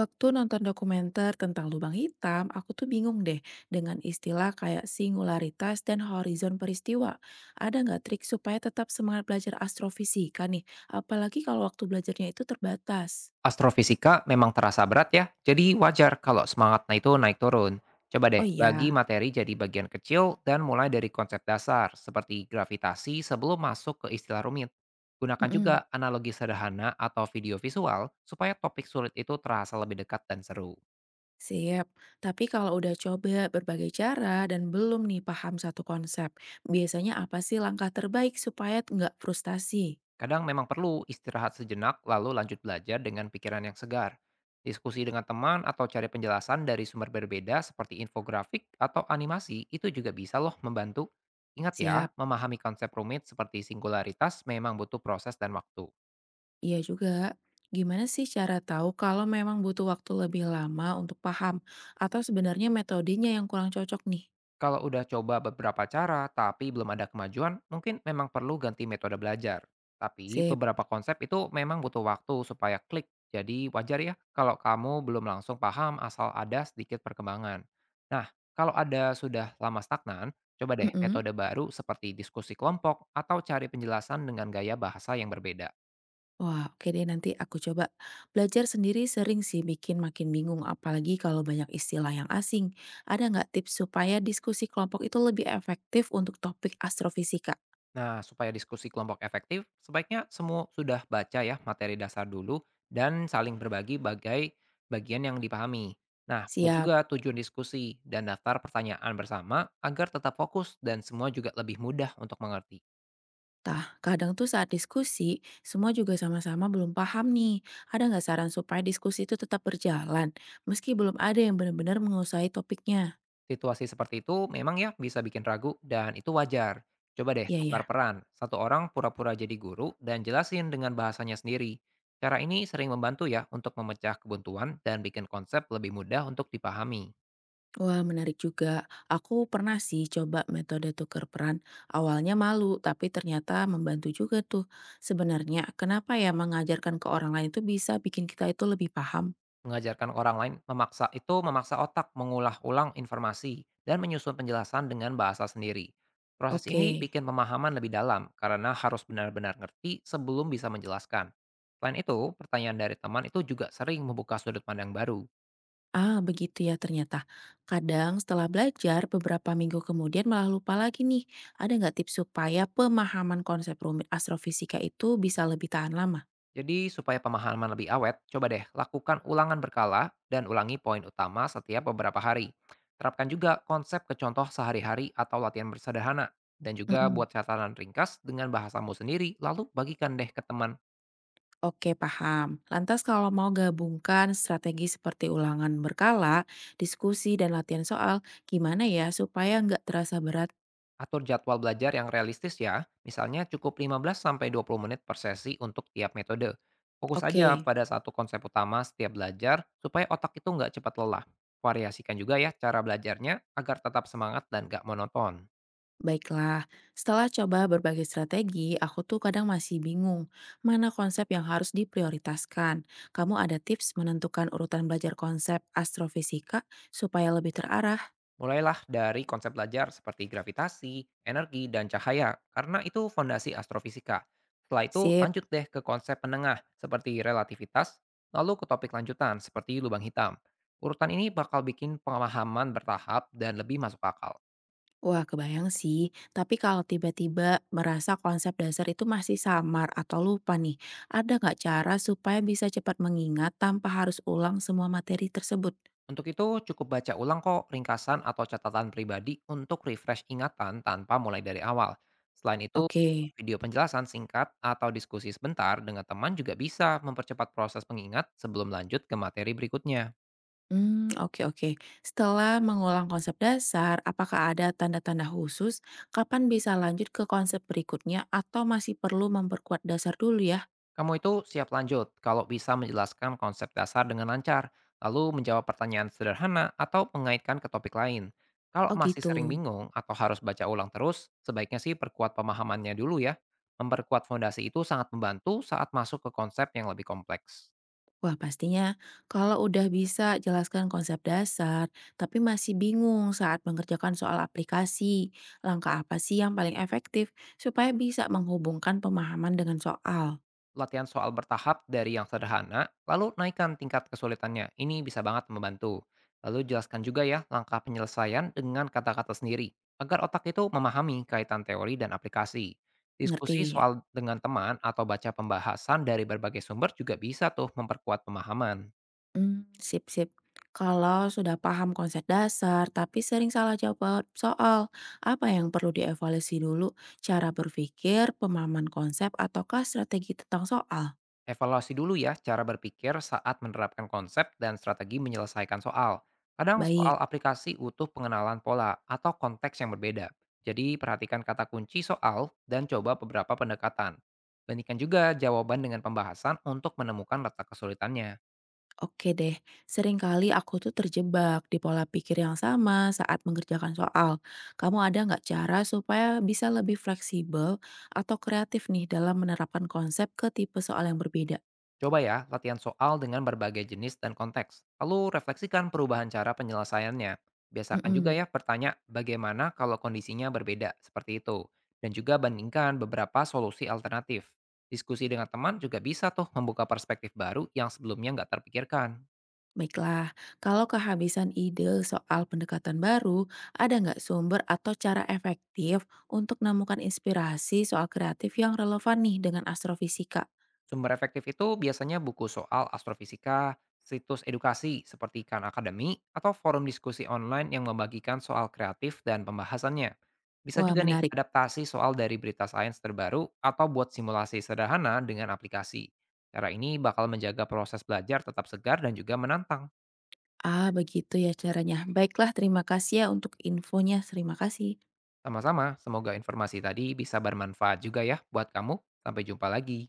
Waktu nonton dokumenter tentang lubang hitam, aku tuh bingung deh dengan istilah kayak singularitas dan horizon peristiwa. Ada nggak trik supaya tetap semangat belajar astrofisika nih? Apalagi kalau waktu belajarnya itu terbatas. Astrofisika memang terasa berat ya, jadi wajar kalau semangatnya itu naik turun. Coba deh, Oh bagi iya. materi jadi bagian kecil dan mulai dari konsep dasar seperti gravitasi sebelum masuk ke istilah rumit. Gunakan juga mm analogi sederhana atau video visual supaya topik sulit itu terasa lebih dekat dan seru. Siap. Tapi kalau udah coba berbagai cara dan belum nih paham satu konsep, biasanya apa sih langkah terbaik supaya nggak frustasi? Kadang memang perlu istirahat sejenak lalu lanjut belajar dengan pikiran yang segar. Diskusi dengan teman atau cari penjelasan dari sumber berbeda seperti infografik atau animasi itu juga bisa loh membantu. Ingat ya, Siap. memahami konsep rumit seperti singularitas memang butuh proses dan waktu. Iya juga. Gimana sih cara tahu kalau memang butuh waktu lebih lama untuk paham atau sebenarnya metodenya yang kurang cocok nih? Kalau udah coba beberapa cara tapi belum ada kemajuan, mungkin memang perlu ganti metode belajar. Tapi Sip. beberapa konsep itu memang butuh waktu supaya klik. Jadi wajar ya kalau kamu belum langsung paham asal ada sedikit perkembangan. Nah, kalau ada sudah lama stagnan, coba deh Mm-mm. metode baru seperti diskusi kelompok atau cari penjelasan dengan gaya bahasa yang berbeda. Wah, oke deh nanti aku coba. Belajar sendiri sering sih bikin makin bingung apalagi kalau banyak istilah yang asing. Ada nggak tips supaya diskusi kelompok itu lebih efektif untuk topik astrofisika? Nah, supaya diskusi kelompok efektif, sebaiknya semua sudah baca ya materi dasar dulu dan saling berbagi bagian yang dipahami. Nah, buat Siap. juga tujuan diskusi dan daftar pertanyaan bersama agar tetap fokus dan semua juga lebih mudah untuk mengerti. Tah, kadang tuh saat diskusi, semua juga sama-sama belum paham nih. Ada nggak saran supaya diskusi itu tetap berjalan, meski belum ada yang benar-benar menguasai topiknya? Situasi seperti itu memang ya bisa bikin ragu dan itu wajar. Coba deh Iya tukar ya. peran, satu orang pura-pura jadi guru dan jelasin dengan bahasanya sendiri. Cara ini sering membantu ya untuk memecah kebuntuan dan bikin konsep lebih mudah untuk dipahami. Wah, menarik juga. Aku pernah sih coba metode tukar peran. Awalnya malu, tapi ternyata membantu juga tuh. Sebenarnya, kenapa ya mengajarkan ke orang lain itu bisa bikin kita itu lebih paham? Mengajarkan orang lain memaksa otak mengulah ulang informasi dan menyusun penjelasan dengan bahasa sendiri. Proses ini Oke. bikin pemahaman lebih dalam karena harus benar-benar ngerti sebelum bisa menjelaskan. Selain itu, pertanyaan dari teman itu juga sering membuka sudut pandang baru. Ah, begitu ya ternyata. Kadang setelah belajar, beberapa minggu kemudian malah lupa lagi nih. Ada nggak tips supaya pemahaman konsep rumit astrofisika itu bisa lebih tahan lama? Jadi supaya pemahaman lebih awet, coba deh lakukan ulangan berkala dan ulangi poin utama setiap beberapa hari. Terapkan juga konsep ke contoh sehari-hari atau latihan bersederhana. Dan juga buat Mm-mm. catatan ringkas dengan bahasamu sendiri, lalu bagikan deh ke teman. Oke, paham. Lantas kalau mau gabungkan strategi seperti ulangan berkala, diskusi, dan latihan soal, gimana ya supaya nggak terasa berat? Atur jadwal belajar yang realistis ya, misalnya cukup 15-20 menit per sesi untuk tiap metode. Fokus aja Oke. pada satu konsep utama setiap belajar, supaya otak itu nggak cepat lelah. Variasikan juga ya cara belajarnya agar tetap semangat dan nggak monoton. Baiklah, setelah coba berbagai strategi, aku tuh kadang masih bingung mana konsep yang harus diprioritaskan. Kamu ada tips menentukan urutan belajar konsep astrofisika supaya lebih terarah? Mulailah dari konsep belajar seperti gravitasi, energi, dan cahaya, karena itu fondasi astrofisika. Setelah itu, Sip. lanjut deh ke konsep penengah seperti relativitas, lalu ke topik lanjutan seperti lubang hitam. Urutan ini bakal bikin pemahaman bertahap dan lebih masuk akal. Wah, kebayang sih. Tapi kalau tiba-tiba merasa konsep dasar itu masih samar atau lupa nih, ada nggak cara supaya bisa cepat mengingat tanpa harus ulang semua materi tersebut? Untuk itu, cukup baca ulang kok ringkasan atau catatan pribadi untuk refresh ingatan tanpa mulai dari awal. Selain itu, Oke. video penjelasan singkat atau diskusi sebentar dengan teman juga bisa mempercepat proses pengingat sebelum lanjut ke materi berikutnya. Hmm, oke oke. Setelah mengulang konsep dasar, apakah ada tanda-tanda khusus kapan bisa lanjut ke konsep berikutnya atau masih perlu memperkuat dasar dulu ya? Kamu itu siap lanjut kalau bisa menjelaskan konsep dasar dengan lancar, lalu menjawab pertanyaan sederhana atau mengaitkan ke topik lain. Kalau Oh masih sering gitu. bingung atau harus baca ulang terus, sebaiknya sih perkuat pemahamannya dulu ya. Memperkuat fondasi itu sangat membantu saat masuk ke konsep yang lebih kompleks. Wah, pastinya kalau udah bisa jelaskan konsep dasar, tapi masih bingung saat mengerjakan soal aplikasi, langkah apa sih yang paling efektif supaya bisa menghubungkan pemahaman dengan soal? Latihan soal bertahap dari yang sederhana, lalu naikkan tingkat kesulitannya. Ini bisa banget membantu. Lalu jelaskan juga ya langkah penyelesaian dengan kata-kata sendiri, agar otak itu memahami kaitan teori dan aplikasi. Diskusi Ngerti? soal dengan teman atau baca pembahasan dari berbagai sumber juga bisa tuh memperkuat pemahaman. Mmm, sip sip. Kalau sudah paham konsep dasar tapi sering salah jawab soal, apa yang perlu dievaluasi dulu? Cara berpikir, pemahaman konsep, ataukah strategi tentang soal? Evaluasi dulu ya cara berpikir saat menerapkan konsep dan strategi menyelesaikan soal. Kadang Baik, soal aplikasi utuh pengenalan pola atau konteks yang berbeda. Jadi perhatikan kata kunci soal dan coba beberapa pendekatan. Bandingkan juga jawaban dengan pembahasan untuk menemukan letak kesulitannya. oke deh. Seringkali aku tuh terjebak di pola pikir yang sama saat mengerjakan soal. Kamu ada nggak cara supaya bisa lebih fleksibel atau kreatif nih dalam menerapkan konsep ke tipe soal yang berbeda? Coba ya, latihan soal dengan berbagai jenis dan konteks. Lalu refleksikan perubahan cara penyelesaiannya. Biasakan juga Mhm. ya bertanya bagaimana kalau kondisinya berbeda seperti itu. Dan juga bandingkan beberapa solusi alternatif. Diskusi dengan teman juga bisa tuh membuka perspektif baru yang sebelumnya nggak terpikirkan. Baiklah, kalau kehabisan ide soal pendekatan baru, ada nggak sumber atau cara efektif untuk menemukan inspirasi soal kreatif yang relevan nih dengan astrofisika? Sumber efektif itu biasanya buku soal astrofisika, situs edukasi seperti Khan Academy, atau forum diskusi online yang membagikan soal kreatif dan pembahasannya. Bisa Wah, juga nih menarik. adaptasi soal dari berita sains terbaru atau buat simulasi sederhana dengan aplikasi. Cara ini bakal menjaga proses belajar tetap segar dan juga menantang. Ah, begitu ya caranya. Baiklah, terima kasih ya untuk infonya. Terima kasih. Sama-sama, semoga informasi tadi bisa bermanfaat juga ya buat kamu. Sampai jumpa lagi.